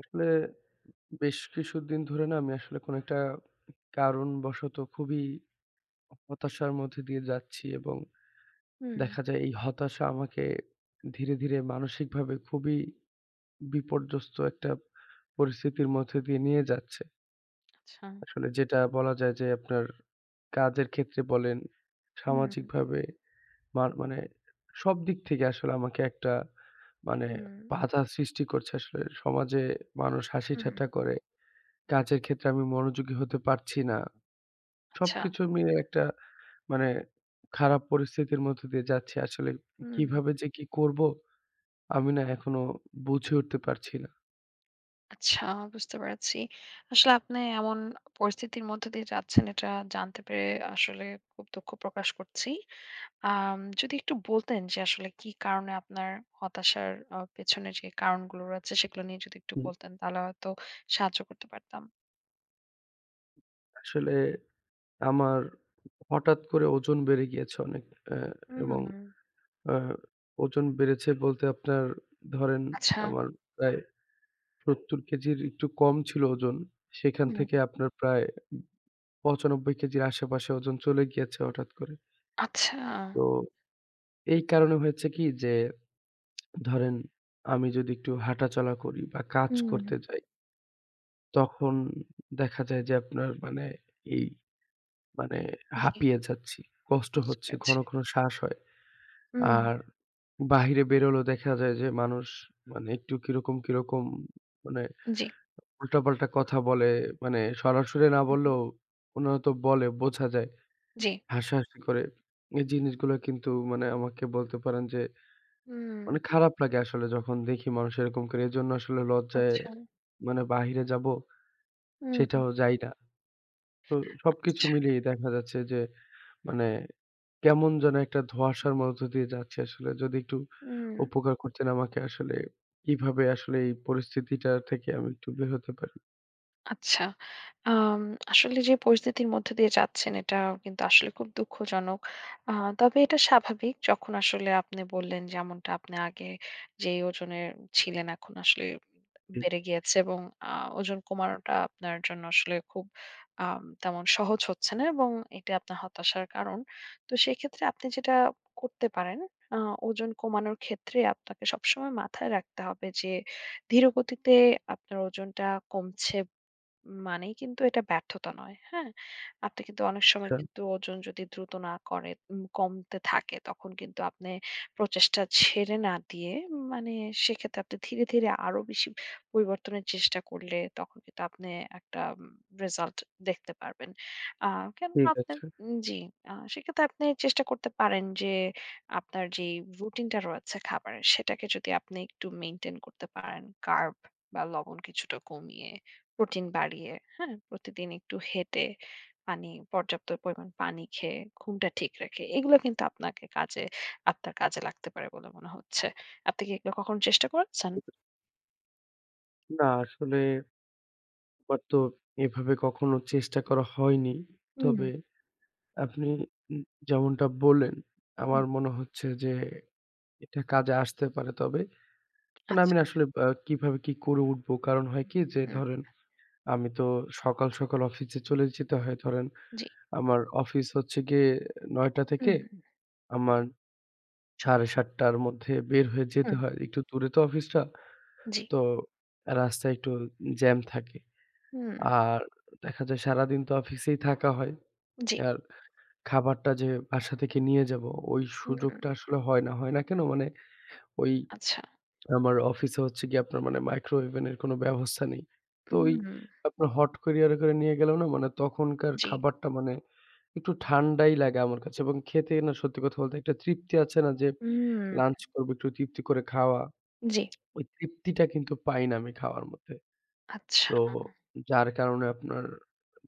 আসলে বেশ কিছুদিন ধরে না আমি আসলে কোনো একটা কারণবশত খুবই হতাশার মধ্যে দিয়ে যাচ্ছি এবং হুম, দেখা যায় এই হতাশা আমাকে ধীরে ধীরে মানসিকভাবে খুবই বিপর্যস্ত একটা পরিস্থিতির মধ্যে দিয়ে নিয়ে যাচ্ছে। আচ্ছা। আসলে যেটা বলা যায় যে আপনার কাজের ক্ষেত্রে বলেন, হুম, সামাজিকভাবে মানে সব দিক থেকে আসলে আমাকে একটা মানে হুম, বাধা সৃষ্টি করছে আসলে। সমাজে মানুষ হাসি হুম, ঠাট্টা করে। কাজের ক্ষেত্রে আমি মনোযোগী হতে পারছি না। আচ্ছা। সবকিছু মিলে একটা মানে খারাপ পরিস্থিতির মধ্য দিয়ে যাচ্ছি। আসলে হুম, কিভাবে যে কি করব? আমি না এখনো বুঝে উঠতে পারছি না। আচ্ছা বুঝতে পেরেছি। আসলে আপনি এমন পরিস্থিতির মধ্য দিয়ে যাচ্ছেন এটা জানতে পেরে আসলে খুব দুঃখ প্রকাশ করছি। যদি একটু বলতেন যে আসলে কি কারণে আপনার হতাশার পেছনে যে কারণগুলো রয়েছে সেগুলো নিয়ে যদি একটু হুম। বলতেন তাহলে হয়তো সাহায্য করতে পারতাম। আসলে আমার হঠাৎ করে ওজন বেড়ে গিয়েছে অনেক হুম, এবং আ ওজন বেড়েছে বলতে আপনার ধরেন আচ্ছা, আমার প্রায় ৭০ কেজির একটু কম ছিল ওজন। সেখান হুম, থেকে আপনার প্রায় ৯৫ কেজির আশেপাশে ওজন চলে গিয়েছে হঠাৎ করে। আচ্ছা। তো এই কারণে হয়েছে কি যে ধরেন আমি যদি একটু হাঁটাচলা করি বা কাজ হুম, করতে যাই, তখন দেখা যায় যে আপনার মানে এই মানে জি, হাঁপিয়ে যাচ্ছি। কষ্ট বুঝতে হচ্ছে, পেরেছি। ঘন, ঘন শ্বাস হয়। হুম, আর বাহিরে বেরোলেও দেখা যায় যে মানুষ মানে একটু কিরকম, কিরকম মানে জি, উল্টাপাল্টা কথা বলে। মানে সরাসরি না হুম, বললেও উনারা তো বলে, বোঝা যায়। জি, হাসাহাসি করে। এই জিনিসগুলো কিন্তু মানে আমাকে বলতে পারেন যে হুম, মানে খারাপ লাগে আসলে যখন দেখি মানুষ এরকম করে। এজন্য আসলে লজ্জায় আচ্ছা, মানে বাহিরে যাবো হুম। সেটাও যাই না। তো সবকিছু আচ্ছা, মিলিয়ে দেখা যাচ্ছে যে মানে কেমন যেন একটা ধোঁয়াশার মধ্য দিয়ে যাচ্ছি আসলে। যদি একটু হুম। উপকার করতেন আমাকে আসলে কিভাবে আসলে এই পরিস্থিতিটা থেকে আমি একটু বের হতে পারি? আচ্ছা। আম আসলে যে পরিস্থিতির মধ্যে দিয়ে যাচ্ছেন এটা কিন্তু আসলে খুব দুঃখজনক। আ তবে এটা স্বাভাবিক। যখন আসলে আপনি বললেন যেমনটা আপনি আগে যেই ওজনের ছিলেন এখন আসলে বেড়ে গিয়েছে এবং আ ওজন কমানোটা আপনার জন্য আসলে খুব তেমন সহজ হচ্ছে না এবং এটা আপনার হতাশার কারণ। তো সেক্ষেত্রে আপনি যেটা করতে পারেন আ ওজন কমানোর ক্ষেত্রে আপনাকে সবসময় মাথায় রাখতে হবে যে ধীরগতিতে আপনার ওজনটা কমছে মানেই কিন্তু এটা ব্যর্থতা নয়। হ্যাঁ? আপনি কিন্তু অনেক সময় আচ্ছা, কিন্তু ওজন যদি দ্রুত না করে কমতে থাকে তখন কিন্তু আপনি প্রচেষ্টা ছেড়ে না দিয়ে মানে সেক্ষেত্রে আপনি ধীরে, ধীরে আরো বেশি পরিবর্তনের চেষ্টা করলে তখন কিন্তু আপনি একটা রেজাল্ট দেখতে পারবেন। আ কেননা ঠিক আপনি আছে। জি, সেক্ষেত্রে আপনি চেষ্টা করতে পারেন যে আপনার যেই রুটিনটা রয়েছে খাবারের সেটাকে যদি আপনি একটু মেইনটেইন করতে পারেন কার্ব বা লবণ কিছুটা কমিয়ে প্রোটিন বাড়িয়ে, হ্যাঁ? প্রতিদিন একটু হেঁটে, পানি পর্যাপ্ত পরিমাণ পানি খেয়ে, ঘুমটা ঠিক রেখে, এগুলো কিন্তু আপনাকে কাজে আপনার কাজে লাগতে পারে বলে মনে হচ্ছে। আপনি কি এগুলো কখনো চেষ্টা করেছেন? না আসলে আমার তো এভাবে কখনো চেষ্টা করা হয়নি। হুম, তবে আপনি উম যেমনটা বললেন হুম, আমার মনে হচ্ছে যে এটা কাজে আসতে পারে তবে মানে আমি আচ্ছা, না আসলে কিভাবে কি করে উঠবো? কারণ হয় কি যে হুম, ধরেন আমি তো সকাল, সকাল অফিসে চলে যেতে হয়। ধরেন জি, আমার অফিস হচ্ছে গিয়ে ৯ টা থেকে হুম, আমার ৭:৩০ টার মধ্যে বের হয়ে যেতে হুম, হয়। একটু দূরে তো অফিসটা। জি, তো রাস্তায় একটু জ্যাম থাকে। হুম, আর দেখা যায় সারাদিন তো অফিসেই থাকা হয়। জি, আর খাবারটা যে বাসা থেকে নিয়ে যাবো ওই হুম, সুযোগটা আসলে হয় না। হয় না কেন? মানে ওই আচ্ছা, আমার অফিসে হচ্ছে গিয়ে আপনার মানে মাইক্রোওভেন এর কোনো ব্যবস্থা নেই। তো ওই হুম, আপনার হট ক্যারিয়ার করে নিয়ে গেলেও না মানে তখনকার জি, খাবারটা মানে একটু ঠান্ডাই লাগে আমার কাছে এবং খেতে না সত্যি কথা বলতে একটা তৃপ্তি আছে না যে হুম, লাঞ্চ করব একটু তৃপ্তি করে খাওয়া। জি, ওই তৃপ্তিটা কিন্তু পাই না আমি খাওয়ার মধ্যে। আচ্ছা, তো যার কারণে আপনার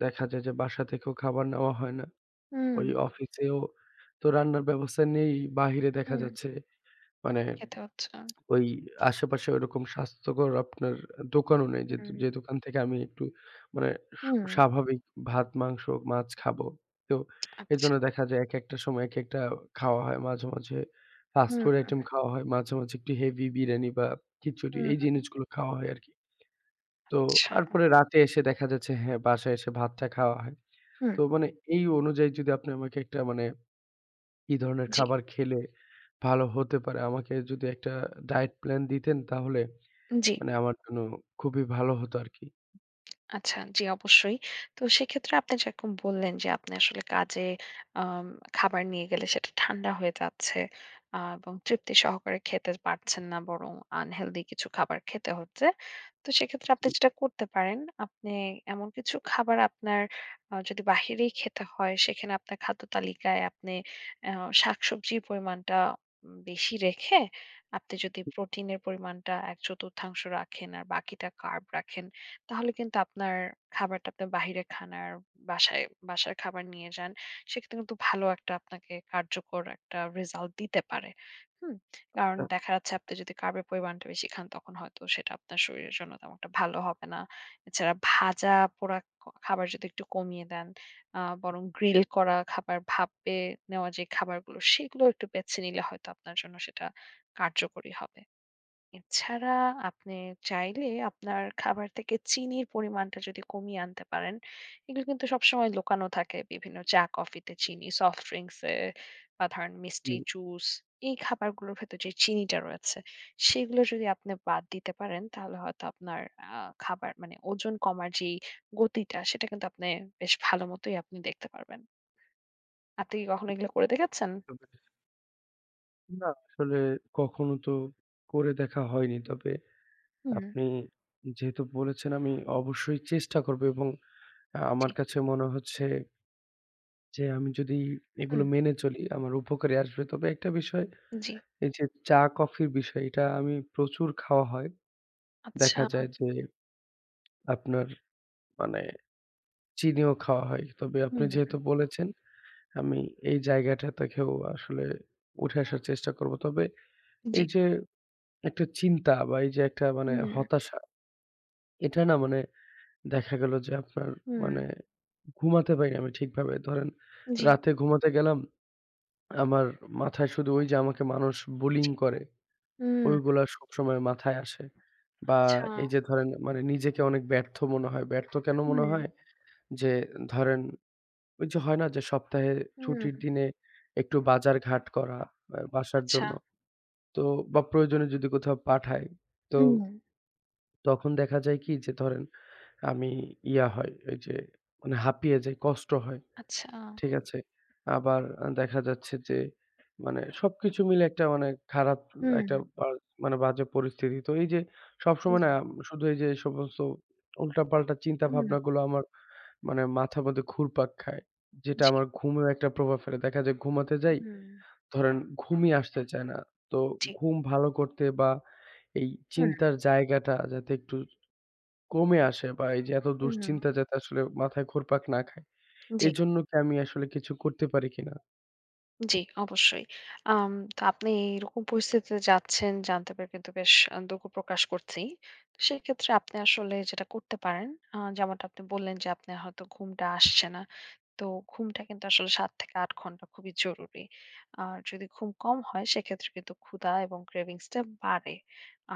দেখা যায় যে বাসা থেকেও খাবার নেওয়া হয় না। হুম, ওই অফিসেও তো রান্নার ব্যবস্থা নেই। বাহিরে দেখা হুম, যাচ্ছে মানে খেতে হচ্ছে। ওই আশেপাশে ওরকম স্বাস্থ্যকর আপনার দোকানও নেই। যে, হুম, যে দোকান থেকে আমি একটু মানে স হুম, স্বাভাবিক ভাত, মাংস, মাছ খাবো। তো আচ্ছা, এজন্য দেখা যায় একেকটা সময় একেকটা খাওয়া হয়। মাঝে, মাঝে ফাস্ট হুম, ফুড আইটেম খাওয়া হয়। মাঝে, মাঝে একটু হেভি বিরিয়ানি বা খিচুড়ি এই হুম, জিনিসগুলো খাওয়া হয় আরকি। তো আচ্ছা, তারপরে রাতে এসে দেখা যাচ্ছে হ্যাঁ, বাসায় এসে ভাতটা খাওয়া হয়। হুম, তো মানে এই অনুযায়ী যদি আপনি আমাকে একটা মানে কি ধরনের জি, খাবার খেলে ভালো হতে পারে আমাকে যদি একটা ডায়েট প্ল্যান দিতেন তাহলে জি। মানে আমার জন্য খুবই ভালো হতো আরকি। আচ্ছা, জি অবশ্যই। তো সেক্ষেত্রে আপনি যেরকম বললেন যে আপনি আসলে কাজে আম খাবার নিয়ে গেলে সেটা ঠান্ডা হয়ে যাচ্ছে এবং তৃপ্তি সহকারে খেতে পারছেন না বরং আনহেলদি কিছু খাবার খেতে হচ্ছে। তো সেক্ষেত্রে আপনি যেটা করতে পারেন, আপনি এমন কিছু খাবার আপনার যদি বাহিরেই খেতে হয় সেখানে আপনার খাদ্য তালিকায় আপনি আ শাকসবজির পরিমাণটা বেশি রেখে আপনি যদি প্রোটিনের পরিমাণটা ১/৪ রাখেন আর বাকিটা কার্ব রাখেন। তাহলে কিন্তু আপনার খাবারটা আপনি বাহিরে খান আর বাসায় বাসার খাবার নিয়ে যান। সেক্ষেত্রে কিন্তু ভালো একটা আপনাকে কার্যকর একটা রেজাল্ট দিতে পারে। হুম? কারণ আচ্ছা। দেখা যাচ্ছে আপনি যদি কার্বের পরিমাণটা বেশি খান তখন হয়তো সেটা আপনার শরীরের জন্য তেমন একটা ভালো হবে না। এছাড়া ভাজা পোড়া খাবার যদি একটু কমিয়ে দেন, বরং গ্রিল করা খাবার, ভাপে নেওয়া যে খাবারগুলো সেগুলো একটু বেছে নিলে হয়তো আপনার জন্য সেটা কার্যকরী হবে। এছাড়া আপনি চাইলে আপনার খাবার থেকে চিনির পরিমাণটা যদি কমিয়ে আনতে পারেন, এগুলো কিন্তু সবসময় লুকানো থাকে বিভিন্ন চা কফিতে চিনি, সফট ড্রিংকসে বা ধরেন জি। মিষ্টি, জুস এই খাবারগুলোর ভেতর যে চিনিটা রয়েছে সেগুলো যদি আপনি বাদ দিতে পারেন তাহলে হয়তো আপনার আ খাবার মানে ওজন কমার যেই গতিটা সেটা কিন্তু আপনি বেশ ভালো মতোই আপনি দেখতে পারবেন। আপনি কি কখনো এগুলো করে দেখেছেন? তবে না আসলে কখনো তো করে দেখা হয়নি। তবে হুম, আপনি যেহেতু বলেছেন আমি অবশ্যই চেষ্টা করব এবং জি, আমার কাছে মনে হচ্ছে যে আমি যদি এগুলো হুম। মেনে চলি আমার উপকারে আসবে। তবে একটা বিষয় জি, এই যে চা কফির বিষয় এটা আমি প্রচুর খাওয়া হয়। আচ্ছা। দেখা যায় যে আপনার মানে চিনিও খাওয়া হয়। তবে আপনি হুম, যেহেতু বলেছেন আমি এই জায়গাটা থেকেও আসলে উঠে আসার চেষ্টা করব। তবে জি। এই যে একটা চিন্তা বা এই যে একটা মানে হুম, হতাশা, এটা না মানে দেখা গেল যে আপনার হুম, মানে ঘুমাতে পারি না আমি ঠিকভাবে। ধরেন জি। রাতে ঘুমাতে গেলাম, আমার মাথায় শুধু ওই যে আমাকে মানুষ বুলিং জি। করে, হুম। ওইগুলা সবসময় মাথায় আসে। বা আচ্ছা। এই যে ধরেন মানে নিজেকে অনেক ব্যর্থ মনে হয়। ব্যর্থ কেন মনে হুম, হয়? যে ধরেন ওই যে হয় না যে সপ্তাহে ছুটির হুম। দিনে একটু বাজার ঘাট করা বাসার আচ্ছা। জন্য। তো বা প্রয়োজনে যদি কোথাও পাঠায়, তো হুম। তখন দেখা যায় কি যে ধরেন আমি হয় ওই যে মানে হাঁপিয়ে যাই, কষ্ট হয়। আচ্ছা। ঠিক আছে? আবার দেখা যাচ্ছে যে মানে সবকিছু মিলে একটা মানে খারাপ হুম। একটা মানে বাজে পরিস্থিতি। তো এই যে সবসময় জি। না শুধু এই যে সমস্ত উল্টাপাল্টা হুম। চিন্তাভাবনাগুলো আমার মানে মাথার মধ্যে ঘুরপাক খায়। যেটা জি। আমার ঘুমেও একটা প্রভাব ফেলে। দেখা যায় ঘুমাতে যাই, হুম। ধরেন ঘুমই আসতে চায় না। তো জি। ঘুম ভালো করতে বা এই চিন্তার জায়গাটা যাতে একটু কমে আসে বা এই যে এত হুম, হুম। দুশ্চিন্তা যাতে আসলে মাথায় ঘুরপাক না খায়। জি এজন্য কি আমি আসলে কিছু করতে পারি কিনা? জি, অবশ্যই। তো আপনি এরকম পরিস্থিতিতে যাচ্ছেন জানতে পেরে কিন্তু বেশ দুঃখ প্রকাশ করছি। তো সেক্ষেত্রে আপনি আসলে যেটা করতে পারেন, যেমনটা আপনি বললেন যে আপনার হয়তো ঘুমটা আসছে না। তো ঘুমটা কিন্তু আসলে ৭ থেকে ৮ ঘন্টা খুবই জরুরি। আর যদি ঘুম কম হয় সেক্ষেত্রে কিন্তু ক্ষুধা এবং cravings টা বাড়ে।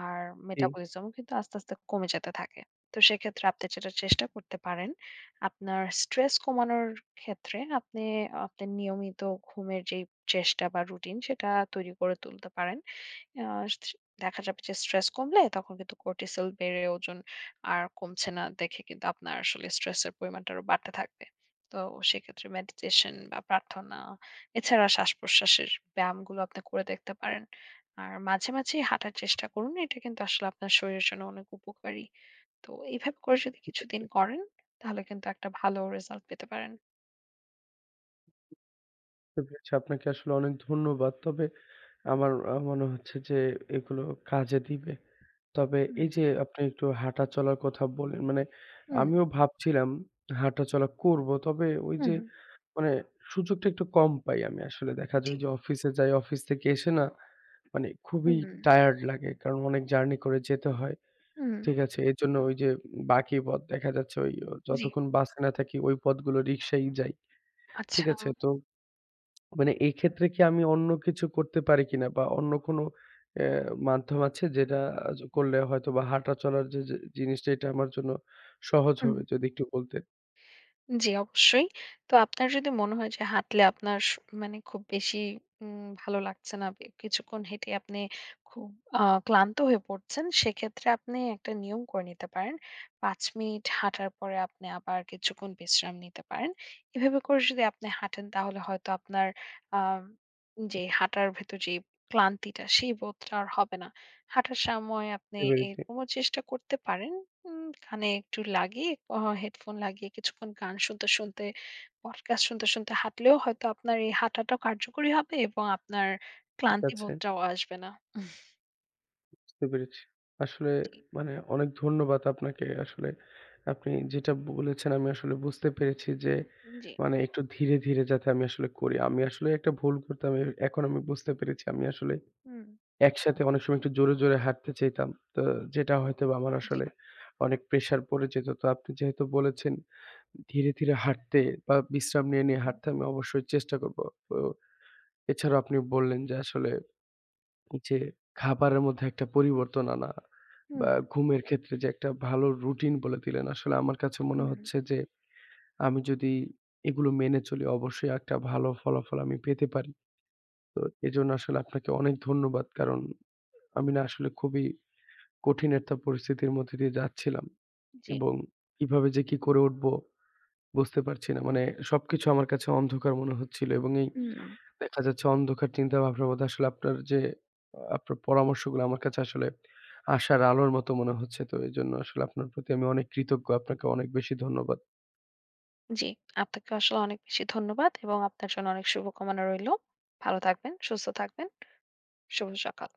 আর জি, মেটাবলিজমও কিন্তু আস্তে, আস্তে কমে যেতে থাকে। তো সেক্ষেত্রে আপনি যেটা চেষ্টা করতে পারেন আপনার স্ট্রেস কমানোর ক্ষেত্রে আপনি আপনার নিয়মিত ঘুমের যে চেষ্টা বা রুটিন সেটা তৈরি করে তুলতে পারেন। আহ স- দেখা যাবে যে স্ট্রেস কমলে তখন কিন্তু কর্টিসল বেড়ে ওজন আর কমছে না দেখে কিন্তু আপনার আসলে স্ট্রেসের পরিমাণটা আরো বাড়তে থাকবে। তো সেক্ষেত্রে মেডিটেশন বা প্রার্থনা এছাড়া শ্বাস প্রশ্বাসের ব্যায়ামগুলো আপনি করে দেখতে পারেন। আর মাঝে মাঝে হাঁটার চেষ্টা করুন এটা কিন্তু আসলে আপনার শরীরের জন্য অনেক উপকারী। তো এইভাবে করে যদি কিছুদিন করেন, তাহলে কিন্তু একটা ভালো রেজাল্ট পেতে পারেন। বুঝতে পেরেছি। আপনাকে আসলে অনেক ধন্যবাদ। তবে আমার মনে হচ্ছে যে এগুলো কাজে দিবে। তবে এই হুম, যে আপনি একটু হাঁটা চলার কথা বললেন, মানে হুম, আমিও ভাবছিলাম হাঁটা চলা করব। তবে ওই হুম, যে মানে সুযোগটা একটু কম পাই আমি আসলে। দেখা জি। যায় যে অফিসে যাই, অফিস থেকে এসে না মানে খুবই হুম, টায়ার্ড লাগে। কারণ অনেক জার্নি করে যেতে হয়। হুম। ঠিক আছে। এজন্য ওই যে বাকি পথ দেখা যাচ্ছে ওই জি, যতক্ষণ বাসে না থাকি ওই পথগুলো রিক্সায় যাই। আচ্ছা। ঠিক আছে? তো মানে এই ক্ষেত্রে কি আমি অন্য কিছু করতে পারি কিনা বা অন্য কোনো অ্যা মাধ্যম আছে যেটা আ য করলে হয়তোবা হাঁটা চলার যে জিনিসটা এটা আমার জন্য সহজ হুম। হবে? যদি একটু বলতেন। জি, অবশ্যই। তো আপনার যদি মনে হয় যে হাঁটলে আপনার মানে খুব বেশি ভালো লাগছে না, কিছুক্ষণ হেঁটে আপনি খুব আ ক্লান্ত হয়ে পড়ছেন, সেক্ষেত্রে আপনি একটা নিয়ম করে নিতে পারেন। ৫ মিনিট হাঁটার পরে আপনি আবার কিছুক্ষণ বিশ্রাম নিতে পারেন। এভাবে করে যদি আপনি হাঁটেন তাহলে হয়তো আপনার আ যে হাঁটার ভেতর যে ক্লান্তিটা সেই বোধটা আর হবে না। হাঁটার সময় বুঝতে আপনি পেরেছি। এরকমও চেষ্টা করতে পারেন কানে একটু লাগিয়ে হেডফোন লাগিয়ে কিছুক্ষণ গান শুনতে, শুনতে পডকাস্ট শুনতে, শুনতে হাঁটলেও হয়তো আপনার এই হাঁটাটাও কার্যকরী হবে এবং আপনার ঠিক ক্লান্তি আছে। বোধটাও আসবে না। বুঝতে পেরেছি। আসলে জি, মানে অনেক ধন্যবাদ আপনাকে। আসলে আপনি যেটা বলেছেন আমি আসলে বুঝতে পেরেছি যে জি, মানে একটু ধীরে, ধীরে যাতে আমি আসলে করি। আমি আসলে একটা ভুল করতাম। এখন আমি বুঝতে পেরেছি। আমি আসলে হুম, একসাথে অনেক সময় একটু জোরে, জোরে হাঁটতে চাইতাম। তো যেটা হয়তোবা আমার জি, আসলে অনেক প্রেশার পড়ে যেত। তো আপনি যেহেতু বলেছেন ধীরে, ধীরে হাঁটতে বা বিশ্রাম নিয়ে, নিয়ে হুম, হাঁটতে আমি অবশ্যই চেষ্টা করব। তো এছাড়াও আপনি বললেন যে আসলে যে খাবারের মধ্যে একটা পরিবর্তন আনা বা হুম, ঘুমের ক্ষেত্রে যে একটা ভালো রুটিন বলে দিলেন। আসলে আমার কাছে মনে হুম, হচ্ছে যে আমি যদি এগুলো মেনে চলি অবশ্যই একটা ভালো ফলাফল আমি পেতে পারি। তো এজন্য আসলে আপনাকে অনেক ধন্যবাদ। কারণ আমি না আসলে খুবই কঠিন একটা পরিস্থিতির মধ্যে দিয়ে যাচ্ছিলাম জি, এবং কিভাবে যে কি করে উঠবো বুঝতে পারছি না। মানে সবকিছু আমার কাছে অন্ধকার মনে হচ্ছিল এবং এই হুম, দেখা যাচ্ছে অন্ধকার চিন্তাভাবনার মধ্যে আসলে আপনার যে আপনার পরামর্শগুলো আমার কাছে আসলে আশার আলোর মতো মনে হচ্ছে। তো এজন্য আসলে আপনার প্রতি আমি অনেক কৃতজ্ঞ। আপনাকে অনেক বেশি ধন্যবাদ। জি। আপনাকে আসলে অনেক বেশি ধন্যবাদ এবং আপনার জন্য অনেক শুভকামনা রইলো। ভালো থাকবেন, সুস্থ থাকবেন। শুভ সকাল।